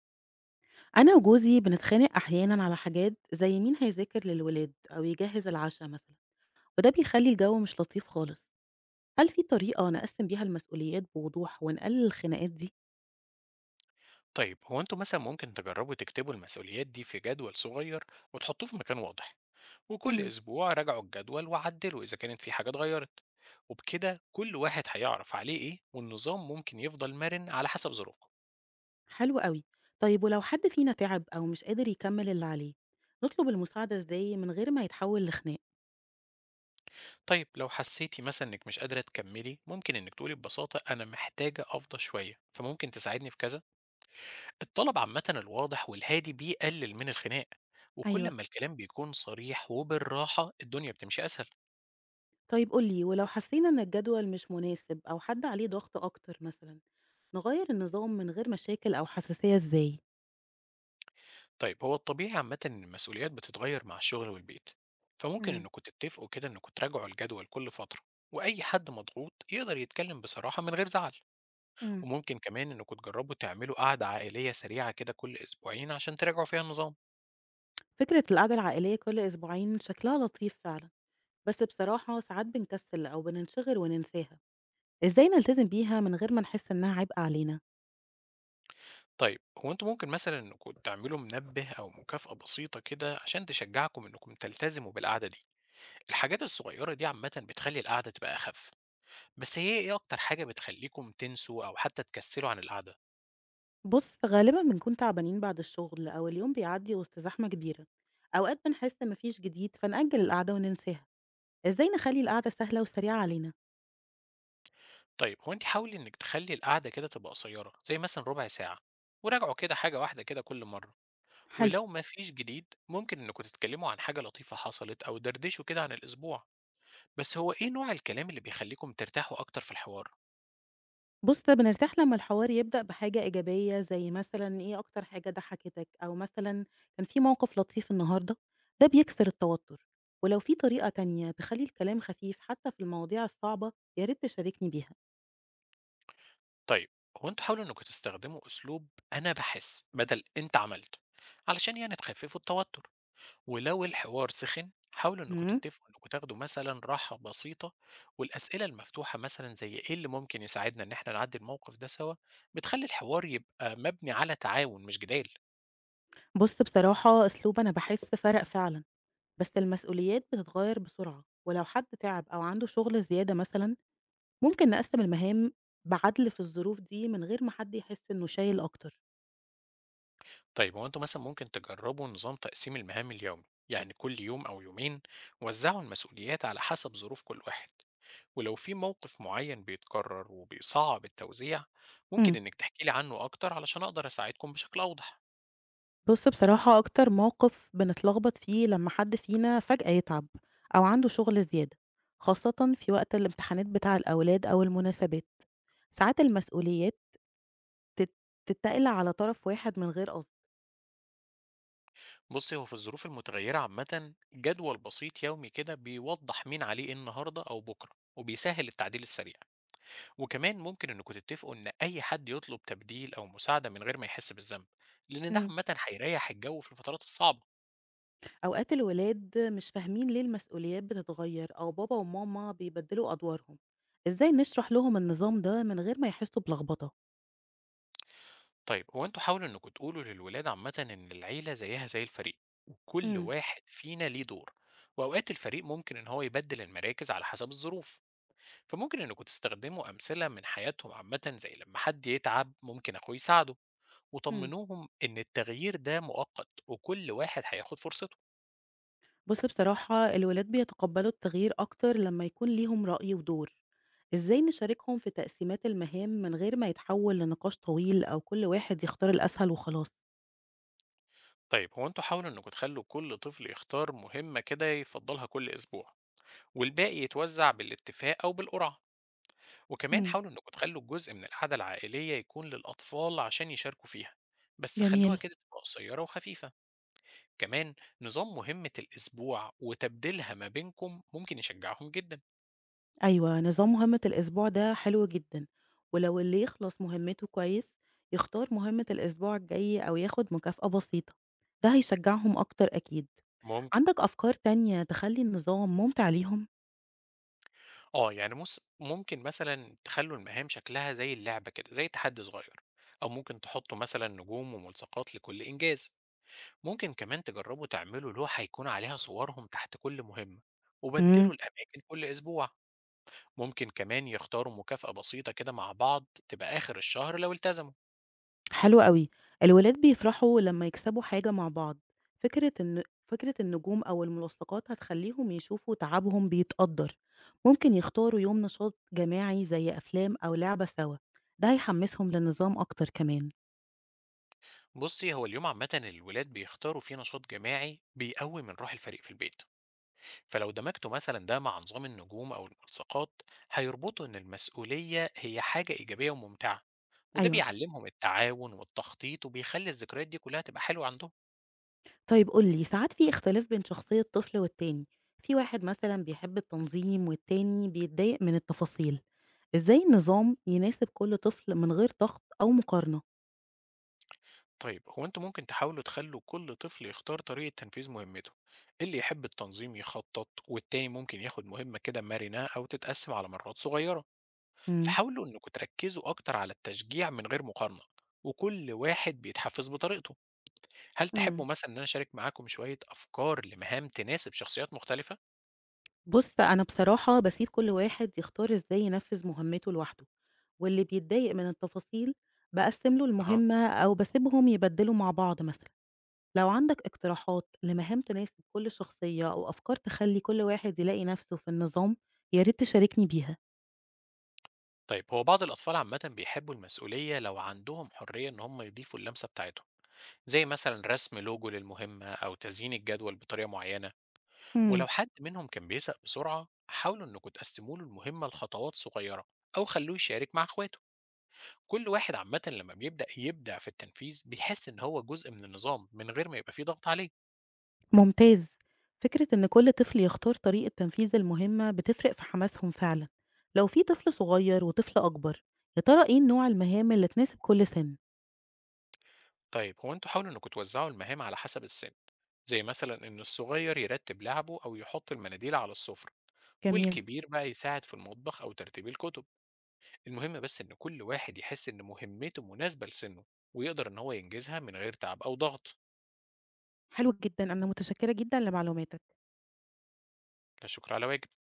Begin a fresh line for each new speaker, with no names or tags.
أنا وجوزي بنتخانق أحيانًا على حاجات زي مين هيذاكر للولاد أو يجهّز العشا مثلًا، وده بيخلّي الجو مش لطيف خالص. هل في طريقة نقسّم بيها المسؤوليات بوضوح ونقلل الخناقات دي؟
طيب هو انتوا مثلا ممكن تجربوا تكتبوا المسؤوليات دي في جدول صغير، وتحطوه في مكان واضح، وكل
إمم.
اسبوع راجعوا الجدول وعدلوا اذا كانت في حاجة اتغيرت. وبكده كل واحد هيعرف عليه ايه، والنظام ممكن يفضل مرن على حسب ظروفكم.
حلو أوي. طيب ولو حد فينا تعب أو مش قادر يكمّل اللي عليه، نطلب المساعدة إزاي من غير ما يتحوّل لخناق؟
طيب لو حسيتي مثلا انك مش قادرة تكملي، ممكن انك تقولي ببساطة انا محتاجة افضى شوية فممكن تساعدني في كذا. الطلب عامة الواضح والهادي بيقلل من الخناق، وكل
أيوه.
ما الكلام بيكون صريح وبالراحة الدنيا بتمشي اسهل.
طيب قُل لي، ولو حسّينا إن الجدول مش مناسب أو حد عليه ضغط أكتر مثلًا، نغيّر النظام من غير مشاكل أو حساسية إزاي؟
طيب هو الطبيعي عامة إن المسؤوليات بتتغير مع الشغل والبيت، فممكن
إمم،
إنكم تتفقوا كده إنكم تراجعوا الجدول كل فترة، وأي حد مضغوط يقدر يتكلم بصراحة من غير زعل.
إمم.
وممكن كمان إنكم تجربوا تعملوا قعدة عائلية سريعة كده كل أسبوعين عشان تراجعوا فيها النظام.
فكرة القعدة العائلية كل أسبوعين شكلها لطيف فعلا، بس بصراحة ساعات بنكسل أو بننشغل وننساها. إزاي نلتزم بيها من غير ما نحس إنها عبء علينا؟
طيب هو أنتوا ممكن مثلا إنكم تعملوا منبه أو مكافأة بسيطة كده عشان تشجعكم إنكم تلتزموا بالقعدة دي. الحاجات الصغيرة دي عامة بتخلي القعدة تبقى أخف. بس هي إيه أكتر حاجة بتخليكم تنسوا أو حتى تكسلوا عن القعدة؟
بص غالبا بنكون تعبانين بعد الشغل أو اليوم بيعدي وسط زحمة كبيرة، أوقات بنحس مفيش جديد فنأجل القعدة وننساها. إزاي نخلي القعدة سهلة وسريعة علينا؟
طيب هو انت حاولي انك تخلي القعده كده تبقى قصيره، زي مثلا 1/4 ساعه، وراجعوا كده حاجه واحده كده كل مره.
حلو.
ولو ما فيش جديد ممكن انكم تتكلموا عن حاجه لطيفه حصلت او دردشوا كده عن الاسبوع. بس هو ايه نوع الكلام اللي بيخليكم ترتاحوا اكتر في الحوار؟
بُص، بنرتاح لمّا الحوار يبدأ بحاجة إيجابية، زي مثلًا إيه أكتر حاجة ضحكتك، أو مثلًا كان في موقف لطيف النهارده، ده بيكسر التوتر، ولو في طريقة تانية تخلّي الكلام خفيف حتى في المواضيع الصعبة، يا ريت تشاركني بيها.
طيب، هو انتوا حاولوا انكم تستخدموا اسلوب انا بحس بدل انت عملت، علشان يعني تخففوا التوتر، ولو الحوار سخن حاولوا انكم
إمم.
تتفقوا انكم تاخدوا مثلا راحة بسيطة. والأسئلة المفتوحة مثلا زي ايه اللي ممكن يساعدنا ان احنا نعدي الموقف ده سوا بتخلي الحوار يبقى مبني على تعاون مش جدال.
بُص، بصراحة أسلوب أنا باحس فرق فعلًا، بس المسؤوليات بتتغير بسرعة، ولو حد تعب أو عنده شغل زيادة مثلًا، ممكن نقسّم المهام بعدل في الظروف دي من غير ما حد يحس إنه شايل أكتر.
طيب هو انتوا مثلا ممكن تجربوا نظام تقسيم المهام اليومي، يعني كل يوم او يومين وزعوا المسؤوليات على حسب ظروف كل واحد. ولو في موقف معين بيتكرر وبيصعب التوزيع، ممكن
إمم.
انك تحكي لي عنه اكتر علشان اقدر اساعدكم بشكل اوضح.
بُص بصراحة أكتر موقف بنتلخبط فيه لمّا حد فينا فجأة يتعب أو عنده شغل زيادة، خاصةً في وقت الامتحانات بتاع الأولاد أو المناسبات، ساعات المسؤوليات تت تتّقل على طرف واحد من غير قصد.
بُصّي، هو في الظروف المتغيّرة عامةً جدول بسيط يومي كده بيوضّح مين عليه إيه النهارده أو بُكرة، وبيسهّل التعديل السريع، وكمان ممكن إنكم تتّفقوا إن أي حد يطلب تبديل أو مساعدة من غير ما يحس بالذنب، لإن ده
إمم.
عامةً هيريّح الجو في الفترات الصعبة.
أوقات الولاد مش فاهمين ليه المسؤوليات بتتغيّر أو بابا وماما بيبدّلوا أدوارهم، إزاي نشرح لهم النظام ده من غير ما يحسّوا بلخبطة؟
طيب هو أنتم حاولوا إنكم تقولوا للولاد عامةً إن العيلة زيها زي الفريق، وكل
إمم،
واحد فينا ليه دور، وأوقات الفريق ممكن إن هو يبدّل المراكز على حسب الظروف، فممكن إنكم تستخدموا أمثلة من حياتهم عامةً زي لمّا حد يتعب ممكن أخوه يساعده.
إمم.
وطمنوهم إن التغيير ده مؤقت وكل واحد هياخد فرصته.
بص بصراحة الولاد بيتقبلوا التغيير أكتر لما يكون ليهم رأي ودور. إزاي نشاركهم في تقسيمات المهام من غير ما يتحول لنقاش طويل أو كل واحد يختار الأسهل وخلاص؟
طيب هو انتوا حاولوا انكم تخلوا كل طفل يختار مهمة كده يفضلها كل أسبوع، والباقي يتوزع بالاتفاق أو بالقرعة. وكمان
مم.
حاولوا انكم تخلوا جزء من العادة العائلية يكون للأطفال عشان يشاركوا فيها، بس خلوها
جميل.
كده تبقى قصيرة وخفيفة. كمان نظام مهمة الأسبوع وتبديلها ما بينكم ممكن يشجعهم جدا.
أيوة نظام مهمة الأسبوع ده حلو جدا، ولو اللي يخلص مهمته كويس يختار مهمة الأسبوع الجاي أو ياخد مكافأة بسيطة ده هيشجعهم أكتر أكيد.
ممكن.
عندك أفكار تانية تخلي النظام ممتع ليهم؟
آه، يعني موس ممكن مثلًا تخلّوا المهام شكلها زي اللعبة كده، زي تحدي صغير، أو ممكن تحطّوا مثلًا نجوم وملصقات لكل إنجاز، ممكن كمان تجرّبوا تعملوا لوحة يكون عليها صورهم تحت كل مهمة، وبدّلوا الأماكن كل أسبوع، ممكن كمان يختاروا مكافأة بسيطة كده مع بعض تبقى آخر الشهر لو التزموا.
حلو أوي. الولاد بيفرحوا لمّا يكسبوا حاجة مع بعض، فكرة النجوم أو الملصقات هتخلّيهم يشوفوا تعبهم بيتقدّر، ممكن يختاروا يوم نشاط جماعي زي أفلام أو لعبة سوا، ده هيحمّسهم للنظام أكتر كمان.
بُصّي، هو اليوم عامةً الولاد بيختاروا فيه نشاط جماعي بيقوّي من روح الفريق في البيت. فلو دمجتوا مثلا ده مع نظام النجوم أو الملصقات هيربطوا إن المسؤولية هي حاجة إيجابية وممتعة، وده
أيوه.
بيعلمهم التعاون والتخطيط وبيخلي الذكريات دي كلها تبقى حلوة عندهم.
طيب قُل لي، ساعات في اختلاف بين شخصية طفل والتاني، في واحد مثلًا بيحب التنظيم والتاني بيتضايق من التفاصيل، إزاي النظام يناسب كل طفل من غير ضغط أو مقارنة؟
طيب هو انتوا ممكن تحاولوا تخلوا كل طفل يختار طريقة تنفيذ مهمته، إيه اللي يحب التنظيم يخطط والتاني ممكن ياخد مهمة كده مرنة أو تتقسم على مرات صغيرة.
إمم.
فحاولوا إنكم تركزوا أكتر على التشجيع من غير مقارنة، وكل واحد بيتحفز بطريقته. هل تحبوا
إمم.
مثلًا إن أنا أشارك معاكم شوية أفكار لمهام تناسب شخصيات مختلفة؟
بُص، أنا بصراحة باسيب كل واحد يختار إزاي ينفّذ مهمته لوحده، واللي بيتضايق من التفاصيل باقسّم له
أها.
المهمة أو باسيبهم يبدّلوا مع بعض مثلًا. لو عندك اقتراحات لمهام تناسب كل شخصية أو أفكار تخلّي كل واحد يلاقي نَفْسه في النظام، يا ريت تشاركني بيها.
طيب هو بعض الأطفال عامةً بيحبوا المسؤولية لو عندهم حرية إن هم يضيفوا اللمسة بتاعتهم، زي مثلًا رسم لوجو للمهمة أو تزيين الجدول بطريقة معينة،
إمم.
ولو حد منهم كان بيزهق بسرعة حاولوا إنكم تقسموا له المهمة لخطوات صغيرة أو خلوه يشارك مع إخواته. كل واحد عامةً لما بيبدأ يبدع في التنفيذ بيحس إن هو جزء من النظام من غير ما يبقى في ضغط عليه.
ممتاز. فكرة إن كل طفل يختار طريقة تنفيذ المهمة بتفرق في حماسهم فعلًا. لو في طفل صغير وطفل أكبر، يا ترى إيه نوع المهام اللي تناسب كل سِن؟
طيب هو انتوا حاولوا انكم توزعوا المهام على حسب السن، زي مثلا ان الصغير يرتب لعبه او يحط المناديل على السفرة،
جميل.
والكبير بقى يساعد في المطبخ او ترتيب الكتب. المهم بس ان كل واحد يحس ان مهمته مناسبة لسنه، ويقدر ان هو ينجزها من غير تعب او ضغط.
حلو جدًا، أنا متشكرة جدًا لمعلوماتك.
لا شكر على واجب.